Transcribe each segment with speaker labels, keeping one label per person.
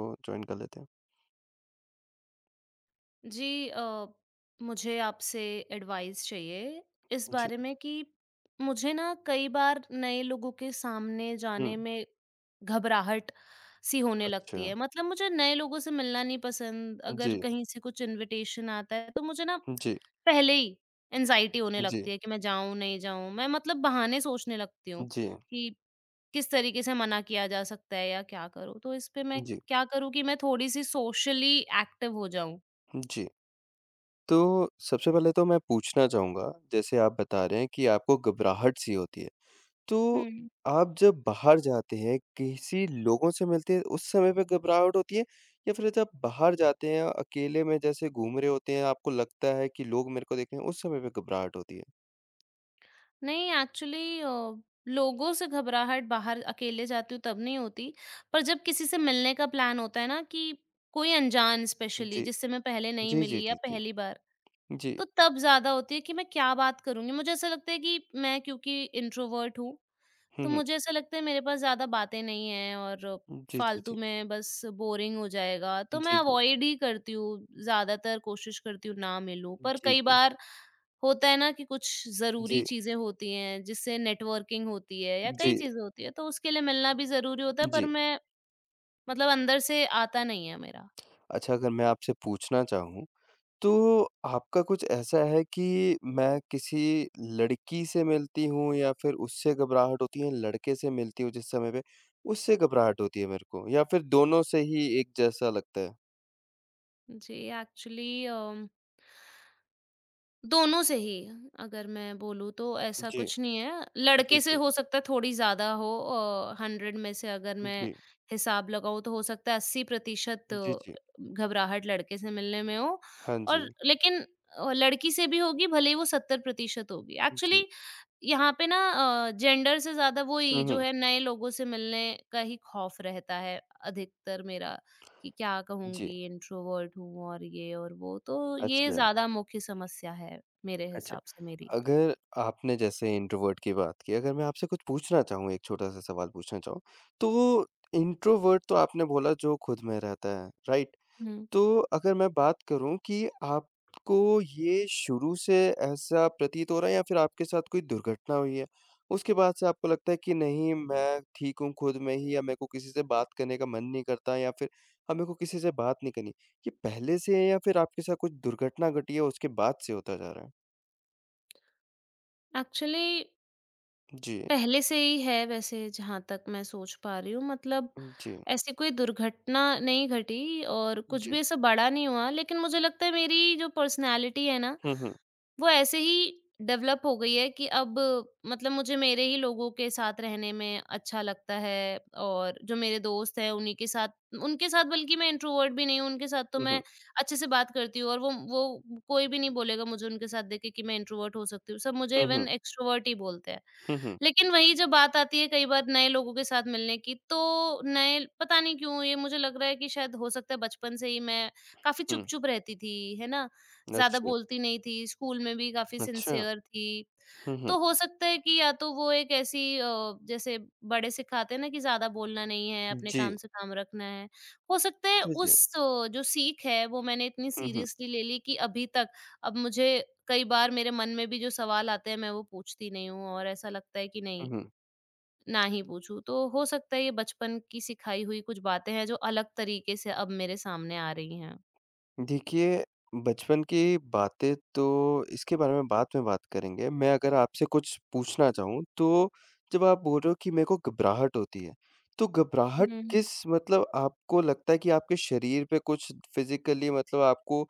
Speaker 1: को जॉइन कर लेते हैं।
Speaker 2: जी मुझे आपसे एडवाइस चाहिए इस
Speaker 1: जी।
Speaker 2: बारे में कि मुझे ना कई बार नए लोगों के सामने
Speaker 1: हुँ।
Speaker 2: जाने में घबराहट सी होने लगती
Speaker 1: अच्छा।
Speaker 2: है। मतलब मुझे नए लोगों से मिलना नहीं पसंद। अगर
Speaker 1: जी,
Speaker 2: कहीं से कुछ इनविटेशन आता है तो मुझे ना
Speaker 1: जी,
Speaker 2: पहले ही एनजाइटी होने
Speaker 1: जी,
Speaker 2: लगती है कि मैं जाऊं नहीं जाऊं। मैं मतलब बहाने सोचने लगती हूँ
Speaker 1: जी,
Speaker 2: कि किस तरीके से मना किया जा सकता है या क्या करूं। तो इस पे मैं
Speaker 1: जी,
Speaker 2: क्या करूं कि मैं थोड़ी सी सोशली एक्टिव हो जाऊं।
Speaker 1: जी। तो सबसे पहले तो मैं पूछना चाहूँगा, जैसे आप बता रहे हैं कि आपको घबराहट सी होती है, तो
Speaker 2: हम्म,
Speaker 1: आप जब बाहर जाते हैं, किसी लोगों से मिलते हैं, उस समय पे घबराहट होती है? या फिर जब बाहर जाते हैं, अकेले में जैसे घूम रहे होते हैं, आपको लगता है कि लोग मेरे को देख रहे हैं, उस समय पे घबराहट होती है?
Speaker 2: नहीं एक्चुअली लोगों से घबराहट बाहर अकेले जाती हूँ तब नहीं होती। पर जब किसी से मिलने का प्लान होता है ना कि कोई अनजान, स्पेशली
Speaker 1: जी,
Speaker 2: जिससे मैं पहले नहीं
Speaker 1: जी, जी,
Speaker 2: मिली या
Speaker 1: जी, जी।
Speaker 2: पहली बार,
Speaker 1: जी,
Speaker 2: तो तब ज्यादा होती है कि मैं क्या बात करूंगी। मुझे ऐसा लगता है कि मैं क्योंकि इंट्रोवर्ट हूँ
Speaker 1: हुँ,
Speaker 2: तो
Speaker 1: हुँ।
Speaker 2: मुझे ऐसा लगता है मेरे पास ज्यादा बातें नहीं है और
Speaker 1: जी, जी,
Speaker 2: फालतू
Speaker 1: जी।
Speaker 2: में बस बोरिंग हो जाएगा। तो मैं
Speaker 1: जी, जी।
Speaker 2: अवॉइड ही करती हूँ ज्यादातर, कोशिश करती हूँ ना मिलूं। पर
Speaker 1: जी,
Speaker 2: कई
Speaker 1: जी।
Speaker 2: बार होता है ना कि कुछ ज़रूरी
Speaker 1: जी,
Speaker 2: चीज़ें होती हैं, जिससे नेटवर्किंग होती है या कई
Speaker 1: जी।
Speaker 2: चीज़ें होती हैं, तो उसके लिए मिलना भी ज़रूरी होता है, पर
Speaker 1: जी।
Speaker 2: मैं मतलब अंदर से आता नहीं है मेरा।
Speaker 1: अच्छा, अगर मैं आपसे पूछना चाहूँ, तो आपका कुछ ऐसा है कि मैं किसी लड़की से मिलती हूँ या फिर उससे घबराहट होती है, लड़के से मिलती हूँ जिस समय पे, उससे घबराहट होती है मेरे को या फिर दोनों से ही एक जैसा लगता है?
Speaker 2: जी, एक्चुअली अम दोनों से ही, अगर मैं बोलूँ तो ऐसा
Speaker 1: जी।
Speaker 2: कुछ नहीं है।
Speaker 1: जी,
Speaker 2: लड़के से
Speaker 1: जी,
Speaker 2: हो सकता है थोड़ी ज़्यादा हो। 100 में से अगर मैं
Speaker 1: जी।
Speaker 2: हिसाब लगाऊँ तो हो सकता है 80%
Speaker 1: जी, जी।
Speaker 2: घबराहट लड़के से मिलने में हो।
Speaker 1: हाँ जी।
Speaker 2: और लेकिन लड़की से भी होगी भले ही वो 70% होगी।
Speaker 1: जी।
Speaker 2: एक्चुअली यहाँ पे ना जेंडर से ज़्यादा
Speaker 1: हुँ,
Speaker 2: वही जो
Speaker 1: हुँ।
Speaker 2: है नए लोगों से मिलने का ही खौफ रहता है अधिकतर मेरा। कि क्या
Speaker 1: जी।
Speaker 2: कहूँगी, इंट्रोवर्ट हूँ और ये और वो। तो ये
Speaker 1: अच्छा।
Speaker 2: ज़्यादा मुख्य समस्या है मेरे
Speaker 1: अच्छा।
Speaker 2: हिसाब से मेरी।
Speaker 1: अगर आपने जैसे इंट्रोवर्ट की बात की, अगर मैं आपसे कुछ पूछना चाहूँ, एक छोटा-सा सवाल पूछना चाहूँ, तो इंट्रोवर्ट तो आपने बोला जो खुद में रहता है, राइट?
Speaker 2: हुँ,
Speaker 1: तो अगर मैं बात करूँ कि आपको ये शुरू से ऐसा प्रतीत हो रहा है या फिर आपके साथ कोई दुर्घटना हुई है, उसके बाद से आपको लगता है कि नहीं मैं ठीक हूँ खुद में ही, या मेरे को किसी से बात करने का मन नहीं करता, या फिर अब मेरे को किसी से बात नहीं करनी, ये पहले से है या फिर आपके साथ कुछ दुर्घटना घटी है उसके बाद से होता जा रहा है?
Speaker 2: एक्चुअली
Speaker 1: जी,
Speaker 2: पहले से ही है वैसे जहाँ तक मैं सोच पा रही हूँ। मतलब
Speaker 1: जी।
Speaker 2: ऐसी कोई दुर्घटना नहीं घटी और कुछ
Speaker 1: जी।
Speaker 2: भी ऐसा बड़ा नहीं हुआ, लेकिन मुझे लगता है मेरी जो पर्सनैलिटी है ना
Speaker 1: हुँ, हुँ।
Speaker 2: वो ऐसे ही डेवलप हो गई है कि अब मतलब मुझे मेरे ही लोगों के साथ रहने में अच्छा लगता है। और जो मेरे दोस्त हैं उन्हीं के साथ, उनके साथ बल्कि मैं इंट्रोवर्ट भी नहीं हूँ। उनके साथ तो
Speaker 1: हुँ,
Speaker 2: मैं
Speaker 1: हुँ।
Speaker 2: अच्छे से बात करती हूँ, और वो कोई भी नहीं बोलेगा मुझे उनके साथ देख के कि मैं इंट्रोवर्ट हो सकती हूँ। सब मुझे
Speaker 1: हुँ, हुँ।
Speaker 2: इवन एक्सट्रोवर्ट ही बोलते हैं।
Speaker 1: हुँ, हुँ।
Speaker 2: लेकिन वही, जब बात आती है कई बार नए लोगों के साथ मिलने की, तो नए पता नहीं क्यों ये मुझे लग रहा है कि शायद हो सकता है बचपन से ही मैं काफ़ी
Speaker 1: हुँ।
Speaker 2: चुप-चुप रहती थी, है ना? ज़्यादा
Speaker 1: अच्छा।
Speaker 2: बोलती नहीं थी, स्कूल में भी काफ़ी
Speaker 1: अच्छा।
Speaker 2: सिंसियर थी।
Speaker 1: हुँ, हुँ।
Speaker 2: तो हो सकता है कि या तो वो एक ऐसी जैसे बड़े सिखाते हैं ना कि ज़्यादा बोलना नहीं है, अपने
Speaker 1: जी।
Speaker 2: काम से काम रखना है। हो सकता है
Speaker 1: जी, जी।
Speaker 2: उस जो सीख है वो मैंने इतनी
Speaker 1: हुँ, हुँ।
Speaker 2: सीरियसली ले ली कि अभी तक अब मुझे कई बार मेरे मन में भी जो सवाल आते हैं मैं वो पूछती नहीं हूँ और ऐसा लगता है कि नहीं,
Speaker 1: हुँ, हुँ।
Speaker 2: ना ही पूछूँ। तो हो सकता है ये बचपन की सिखाई हुई कुछ बातें हैं जो अलग तरीके से अब मेरे सामने आ रही हैं।
Speaker 1: देखिए, बचपन की बातें तो इसके बारे में बाद में बात करेंगे। मैं अगर आपसे कुछ पूछना चाहूँ तो जब आप बोल रहे हो कि मेरे को घबराहट होती है, तो
Speaker 2: हुँ,
Speaker 1: घबराहट
Speaker 2: हुँ।
Speaker 1: किस, मतलब आपको लगता है कि आपके शरीर पे कुछ फ़िज़िकली, मतलब आपको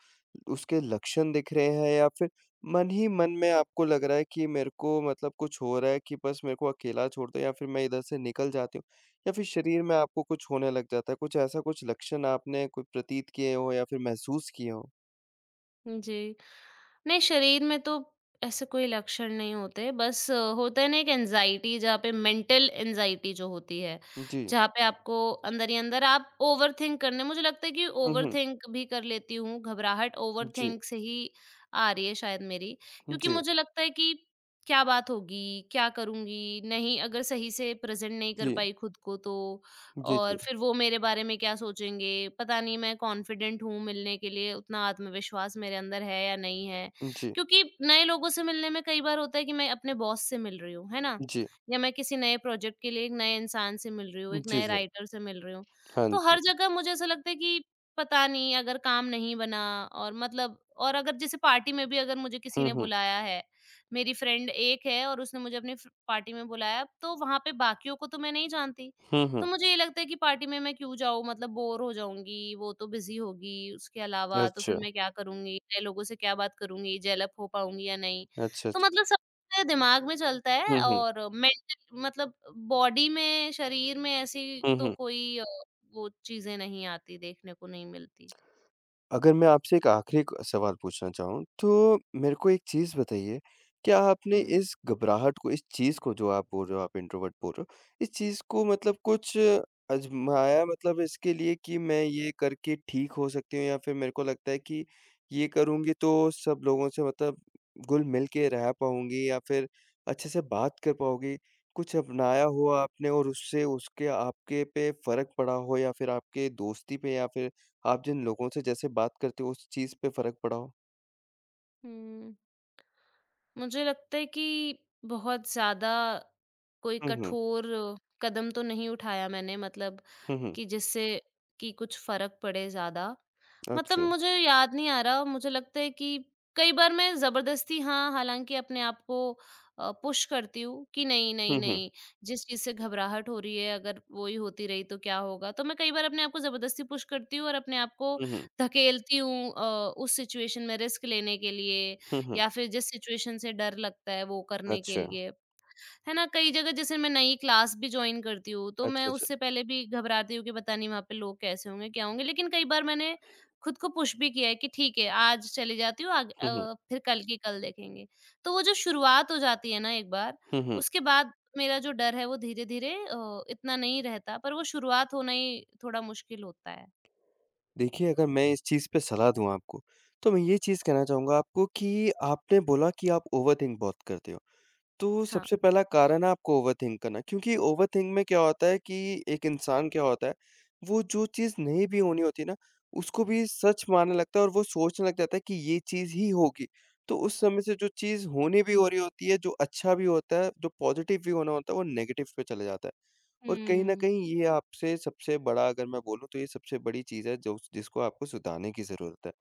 Speaker 1: उसके लक्षण दिख रहे हैं या फिर मन ही मन में आपको लग रहा है कि मेरे को, मतलब कुछ हो रहा है कि बस मेरे को अकेला छोड़ दो या फिर मैं इधर से निकल जाती हूँ? या फिर शरीर में आपको कुछ होने लग जाता है? कुछ ऐसा, कुछ लक्षण आपने कोई प्रतीत किए हों या फिर महसूस किए हों?
Speaker 2: जी। नहीं, शरीर में तो ऐसे कोई लक्षण नहीं होते। बस होता है ना एक एंग्ज़ायटी, जहाँ पे मेंटल एंग्ज़ायटी जो होती है,
Speaker 1: जी।
Speaker 2: जहाँ पे आपको अंदर ही अंदर आप ओवरथिंक करने, मुझे लगता है कि
Speaker 1: हुँ, हुँ।
Speaker 2: ओवरथिंक भी कर लेती हूँ, घबराहट
Speaker 1: जी,
Speaker 2: ओवरथिंक से ही आ रही है शायद मेरी। क्योंकि
Speaker 1: जी,
Speaker 2: मुझे लगता है कि क्या बात होगी, क्या करूँगी, नहीं अगर सही से प्रेज़ेंट नहीं कर
Speaker 1: जी,
Speaker 2: पाई खुद को तो
Speaker 1: जी,
Speaker 2: और
Speaker 1: जी,
Speaker 2: फिर वो मेरे बारे में क्या सोचेंगे, पता नहीं मैं कॉन्फिडेंट हूँ मिलने के लिए, उतना आत्मविश्वास मेरे अंदर है या नहीं है।
Speaker 1: जी,
Speaker 2: क्योंकि नए लोगों से मिलने में कई बार होता है कि मैं अपने बॉस से मिल रही हूँ, है ना?
Speaker 1: जी,
Speaker 2: या मैं किसी नए प्रोजेक्ट के लिए एक नए इंसान से मिल रही हूँ, एक
Speaker 1: जी,
Speaker 2: नए
Speaker 1: जी।
Speaker 2: राइटर से मिल रही हूँ।
Speaker 1: हाँ
Speaker 2: तो
Speaker 1: जी।
Speaker 2: हर जगह मुझे ऐसा लगता है कि पता नहीं अगर काम नहीं बना, और मतलब और अगर जैसे पार्टी में भी अगर मुझे किसी
Speaker 1: हुँ,
Speaker 2: ने
Speaker 1: हुँ।
Speaker 2: बुलाया है, मेरी फ्रेंड एक है और उसने मुझे अपनी फ पार्टी में बुलाया, तो वहाँ पे बाकियों को तो मैं नहीं जानती।
Speaker 1: हुँ,
Speaker 2: तो
Speaker 1: हुँ।
Speaker 2: मुझे ये लगता है कि पार्टी में मैं क्यों जाऊँ, मतलब बोर हो जाऊँगी, वो तो बिज़ी होगी, उसके अलावा तो फिर
Speaker 1: अच्छा,
Speaker 2: मैं क्या करूँगी, नए लोगों से क्या बात करूँगी, जेल अप हो पाऊँगी या नहीं।
Speaker 1: अच्छा,
Speaker 2: तो
Speaker 1: अच्छा।
Speaker 2: मतलब सब मेरे दिमाग में चलता है
Speaker 1: हुँ, हुँ।
Speaker 2: और मेंटल, मतलब बॉडी में, शरीर में ऐसी
Speaker 1: हुँ,
Speaker 2: तो
Speaker 1: हुँ।
Speaker 2: कोई वो चीज़ें नहीं आती, देखने को नहीं मिलती।
Speaker 1: अगर मैं आपसे एक आखिरी क सवाल पूछना चाहूँ, तो मेरे को एक चीज़ बताइए, क्या आपने
Speaker 2: हुँ।
Speaker 1: इस घबराहट को, इस चीज़ को जो आप बोल रहे हो, आप इंट्रोवर्ट बोल रहे हो, इस चीज़ को, मतलब कुछ आज़माया, मतलब इसके लिए कि मैं ये करके ठीक हो सकती हूँ, या फिर मेरे को लगता है कि ये करूँगी तो सब लोगों से, मतलब घुल-मिल के रह पाऊँगी या फिर अच्छे से बात कर पाओगी? कुछ अपनाया हो आपने और उससे, उसके आपके पे फ़र्क पड़ा हो, या फिर आपके दोस्ती पे या फिर आप जिन लोगों से जैसे बात करते हो उस चीज़ पे फ़र्क पड़ा हो?
Speaker 2: हुँ। मुझे लगता है कि बहुत ज़्यादा कोई
Speaker 1: हुँ, हुँ।
Speaker 2: कठोर कदम तो नहीं उठाया मैंने, मतलब
Speaker 1: हुँ, हुँ।
Speaker 2: कि जिससे कि कुछ फ़र्क पड़े ज़्यादा। मतलब
Speaker 1: अच्छा।
Speaker 2: मुझे याद नहीं आ रहा, मुझे लगता है कि कई बार मैं ज़बरदस्ती, हाँ, हालाँकि अपने आप को पुश करती हूँ कि नहीं, नहीं,
Speaker 1: हुँ, हुँ।
Speaker 2: नहीं, जिस चीज़ से घबराहट हो रही है अगर वो ही होती रही तो क्या होगा? तो मैं कई बार अपने आप को ज़बरदस्ती पुश करती हूँ और अपने आप को
Speaker 1: हुँ, हुँ।
Speaker 2: धकेलती हूँ, उस सिचुएशन में रिस्क लेने के लिए
Speaker 1: हुँ, हुँ।
Speaker 2: या फिर जिस सिचुएशन से डर लगता है वो करने के
Speaker 1: अच्छा।
Speaker 2: लिए, है ना? कई जगह जैसे मैं नई क्लास भी जॉइन करती हूँ, तो मैं
Speaker 1: अच्छा, अच्छा।
Speaker 2: उससे पहले भी घबराती हूँ कि पता नहीं वहाँ पे लोग कैसे होंगे, क्या होंगे? लेकिन कई बार मैंने खुद को पुश भी किया है कि ठीक है, आज चली जाती हूँ, आग
Speaker 1: हुँ, हुँ।
Speaker 2: फिर कल की कल देखेंगे। तो वो जो शुरुआत हो जाती है ना एक बार,
Speaker 1: हुँ, हुँ।
Speaker 2: उसके बाद मेरा जो डर है वो धीरे-धीरे इतना नहीं रहता, पर वो शुरुआत होना ही थोड़ा मुश्किल होता है।
Speaker 1: देखिए, अगर मैं इस चीज़ पे सलाह दूँ आपको, तो मैं ये चीज़ कहना चाहूँगा आपको कि आपने बोला कि आप ओवरथिंक बहुत करते हो। तो
Speaker 2: हाँ।
Speaker 1: सबसे पहला कारण है आपको ओवरथिंक करना, क्योंकि ओवरथिंक में क्या होता है कि एक इंसान क्या होता है, वो जो चीज़ नहीं भी होनी होती ना, उसको भी सच मानने लगता है और वो सोचने लग जाता है कि ये चीज़ ही होगी। तो उस समय से जो चीज़ होनी भी हो रही होती है, जो अच्छा भी होता है, जो पॉज़िटिव भी होना होता है, वो नेगेटिव पे चला जाता है। और कहीं न
Speaker 2: हुँ।
Speaker 1: कहीं ये आपसे सबसे बड़ा, अगर मैं बोलूँ तो ये सबसे बड़ी चीज़ है जो, जिसको आपको सुधारने की ज़रूरत है।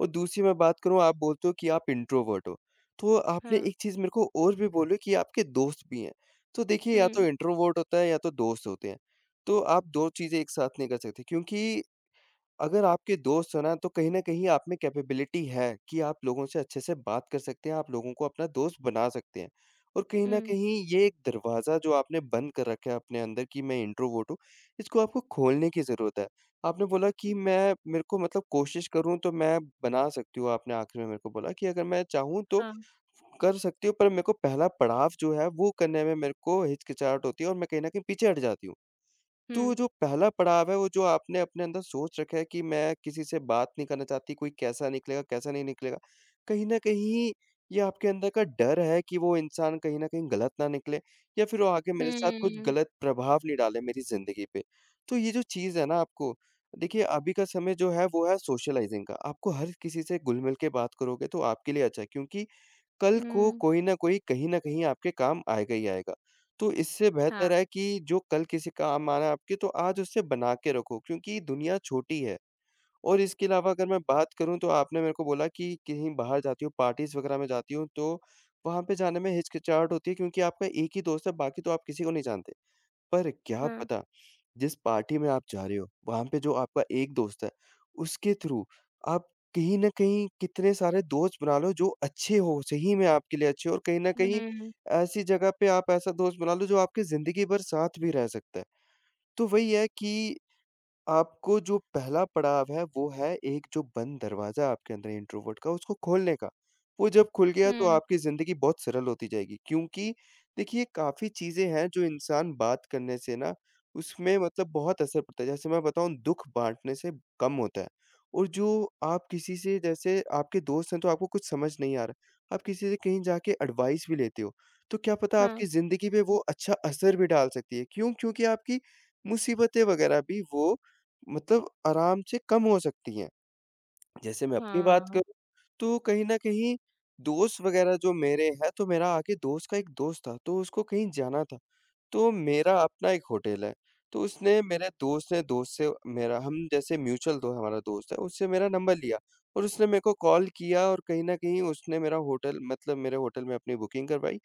Speaker 1: और दूसरी मैं बात करूँ, आप बोलते हो कि आप इंट्रोवर्ट हो, तो आपने
Speaker 2: हाँ।
Speaker 1: एक चीज़ मेरे को और भी बोली कि आपके दोस्त भी हैं। तो देखिए, या तो
Speaker 2: हुँ,
Speaker 1: इंट्रोवर्ट होता है या तो दोस्त होते हैं। तो आप 2 चीज़ें एक साथ नहीं कर सकते, क्योंकि अगर आपके दोस्त हो ना, तो कहीं न कहीं आप में कैपेबिलिटी है कि आप लोगों से अच्छे से बात कर सकते हैं, आप लोगों को अपना दोस्त बना सकते हैं। और कहीं न
Speaker 2: हुँ।
Speaker 1: कहीं ये एक दरवाज़ा जो आपने बंद कर रखा है अपने अंदर कि मैं इंट्रोवर्ट हूँ, इसको आपको खोलने की ज़रूरत है। आपने बोला कि मैं मेरे को, मतलब कोशिश करूँ तो मैं बना सकती हूँ, आपने आखिर में मेरे को बोला कि अगर मैं चाहूँ तो
Speaker 2: हाँ।
Speaker 1: कर सकती हूँ, पर मेरे को पहला पड़ाव जो है वो करने में मेरे को हिचकिचाहट होती है और मैं कहीं न कहीं पीछे हट जाती हूँ। तो
Speaker 2: हुँ।
Speaker 1: जो पहला पड़ाव है, वो जो आपने अपने अंदर सोच रखा है कि मैं किसी से बात नहीं करना चाहती, कोई कैसा निकलेगा, कैसा नहीं निकलेगा। कहीं न कहीं ये आपके अंदर का डर है कि वो इंसान कहीं न कहीं गलत ना निकले या फिर वो आगे मेरे साथ कुछ
Speaker 2: हुँ।
Speaker 1: गलत प्रभाव नहीं डाले मेरी ज़िंदगी पे। तो ये जो चीज़ है ना आपको, देखिए अभी का समय जो है वो है सोशलाइज़िंग का। आपको हर किसी से घुल-मिल के बात करोगे तो आपके लिए अच्छा है, क्योंकि कल को
Speaker 2: हुँ,
Speaker 1: कोई न कोई कहीं न कहीं आपके काम आएगा ही आएगा। तो इससे
Speaker 2: हाँ,
Speaker 1: बेहतर है कि जो कल किसी काम आना है आपके, तो आज उसे बना के रखो, क्योंकि दुनिया छोटी है। और इसके अलावा अगर मैं बात करूँ, तो आपने मेरे को बोला कि कहीं बाहर जाती हो, पार्टीज़ वग़ैरह में जाती हो, तो वहाँ पे जाने में हिचकिचाहट होती है क्योंकि आपका एक ही दोस्त है, बाकी तो आप किसी को नहीं जानते। पर क्या
Speaker 2: हाँ।
Speaker 1: पता, जिस पार्टी में आप जा रहे हो, वहाँ पे जो आपका एक दोस्त है, उसके थ्रू आप कहीं न कहीं कितने सारे दोस्त बना लो जो अच्छे हो, सही में आपके लिए अच्छे हो, और कहीं न कहीं
Speaker 2: हुँ,
Speaker 1: ऐसी जगह पे आप ऐसा दोस्त बना लो जो आपकी ज़िंदगी भर साथ भी रह सकता है। तो वही है कि आपको जो पहला पड़ाव है, वो है एक जो बंद दरवाज़ा आपके अंदर इंट्रोवर्ट का, उसको खोलने का। वो जब खुल गया तो
Speaker 2: हुँ,
Speaker 1: आपकी ज़िंदगी बहुत सरल होती जाएगी, क्योंकि देखिए काफ़ी चीज़ें हैं जो इंसान बात करने से ना, उसमें मतलब बहुत असर पड़ता है। जैसे मैं बताऊँ, दुःख बाँटने से कम होता है, और जो आप किसी से जैसे आपके दोस्त हैं तो आपको कुछ समझ नहीं आ रहा, आप किसी से कहीं जाके एडवाइस भी लेते हो, तो क्या पता
Speaker 2: हाँ,
Speaker 1: आपकी ज़िंदगी पे वो अच्छा असर भी डाल सकती है। क्यों? क्योंकि आपकी मुसीबतें वग़ैरह भी वो, मतलब आराम से कम हो सकती हैं। जैसे मैं अपनी बात
Speaker 2: हाँ।
Speaker 1: करूँ, तो कहीं न कहीं दोस्त वग़ैरह जो मेरे हैं, तो मेरा आगे दोस्त का एक दोस्त था, तो उसको कहीं जाना था। तो मेरा अपना एक होटल है, तो उसने, मेरे दोस्त ने, दोस्त से मेरा, हम जैसे म्यूचुअल दो हमारा दोस्त है, उससे मेरा नंबर लिया और उसने मेरे को कॉल किया, और कहीं न कहीं उसने मेरा होटल, मतलब मेरे होटल में अपनी बुकिंग करवाई।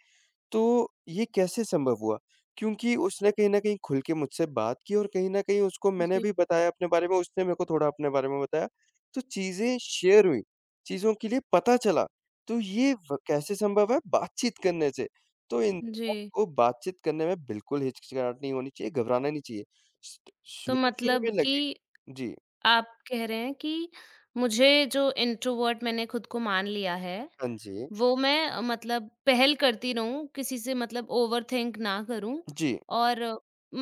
Speaker 1: तो ये कैसे संभव हुआ? क्योंकि उसने कहीं न कहीं खुल के मुझसे बात की, और कहीं न कहीं उसको मैंने
Speaker 2: जी,
Speaker 1: भी बताया अपने बारे में, उसने मेरे को थोड़ा अपने बारे में बताया। तो चीज़ें शेयर हुईं, चीज़ों के लिए पता चला। तो ये व कैसे संभव है? बातचीत करने से। तो
Speaker 2: जी।
Speaker 1: इंसान को बातचीत करने में बिल्कुल हिचकिचाहट नहीं होनी चाहिए, घबराना नहीं चाहिए। स्ट
Speaker 2: तो
Speaker 1: शुरू-शुरू
Speaker 2: मतलब
Speaker 1: में
Speaker 2: कि
Speaker 1: लगेगा। जी।
Speaker 2: आप कह रहे हैं कि मुझे जो इंट्रोवर्ट मैंने खुद को मान लिया है,
Speaker 1: हाँ जी।
Speaker 2: वो मैं मतलब पहल करती रहूँ, किसी से, मतलब ओवरथिंक ना करूँ
Speaker 1: जी।
Speaker 2: और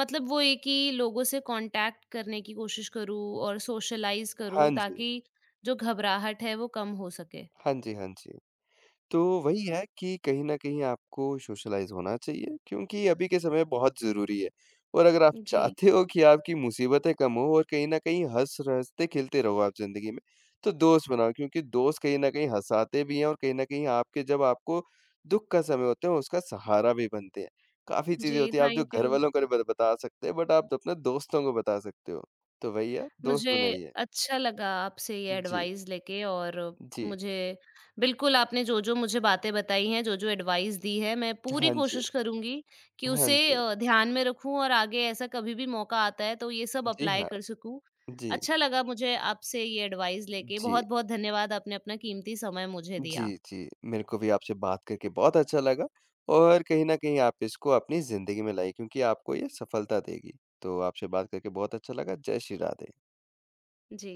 Speaker 2: मतलब वो एक ही लोगों से कॉन्टैक्ट करने की कोशिश करूँ और सोशलाइज़ करूँ,
Speaker 1: हाँ जी।
Speaker 2: ताकि जो घबराहट है वो कम हो सके।
Speaker 1: हाँ जी, हाँ जी। तो वही है कि कहीं न कहीं आपको सोशलाइज़ होना चाहिए, क्योंकि अभी के समय बहुत ज़रूरी है, और अगर आप
Speaker 2: जी,
Speaker 1: चाहते हो कि आपकी मुसीबतें कम हो और कहीं न कहीं हँस-हँसते खेलते रहो आप ज़िंदगी में, तो दोस्त बनाओ, क्योंकि दोस्त कहीं न कहीं हँसाते भी हैं और कहीं न कहीं आपके, जब आपको दुःख का समय होता है, उसका सहारा भी बनते हैं। काफ़ी चीज़ें
Speaker 2: जी,
Speaker 1: होती हैं आप जो
Speaker 2: थैंक यू।
Speaker 1: घरवालों को नहीं ब बता सकते, बट आप अपने दोस्तों को बता सकते हो। तो वही है, दोस्त
Speaker 2: मुझे
Speaker 1: बनाइए।
Speaker 2: अच्छा लगा आपसे ये
Speaker 1: जी,
Speaker 2: एडवाइस लेके। और
Speaker 1: जी।
Speaker 2: मुझे बिल्कुल आपने जो-जो मुझे बातें बताई हैं, जो-जो एडवाइस दी है, मैं पूरी
Speaker 1: हाँ जी,
Speaker 2: कोशिश करूँगी कि
Speaker 1: हाँ
Speaker 2: उसे
Speaker 1: जी।
Speaker 2: ध्यान में रखूँ और आगे ऐसा कभी भी मौका आता है, तो ये सब
Speaker 1: जी
Speaker 2: अप्लाई
Speaker 1: हाँ,
Speaker 2: कर सकूँ।
Speaker 1: जी,
Speaker 2: अच्छा लगा मुझे आपसे ये एडवाइस लेके।
Speaker 1: जी।
Speaker 2: बहुत-बहुत धन्यवाद आपने अपना कीमती समय मुझे दिया।
Speaker 1: जी, जी। मेरे को भी आपसे बात करके बहुत अच्छा लगा, और कहीं न कहीं आप इसको अपनी ज़िंदगी में लाइए, क्योंकि आपको ये सफलता देगी। तो आपसे बात करके बहुत अच्छा लगा। जय श्री राधे।
Speaker 2: जी।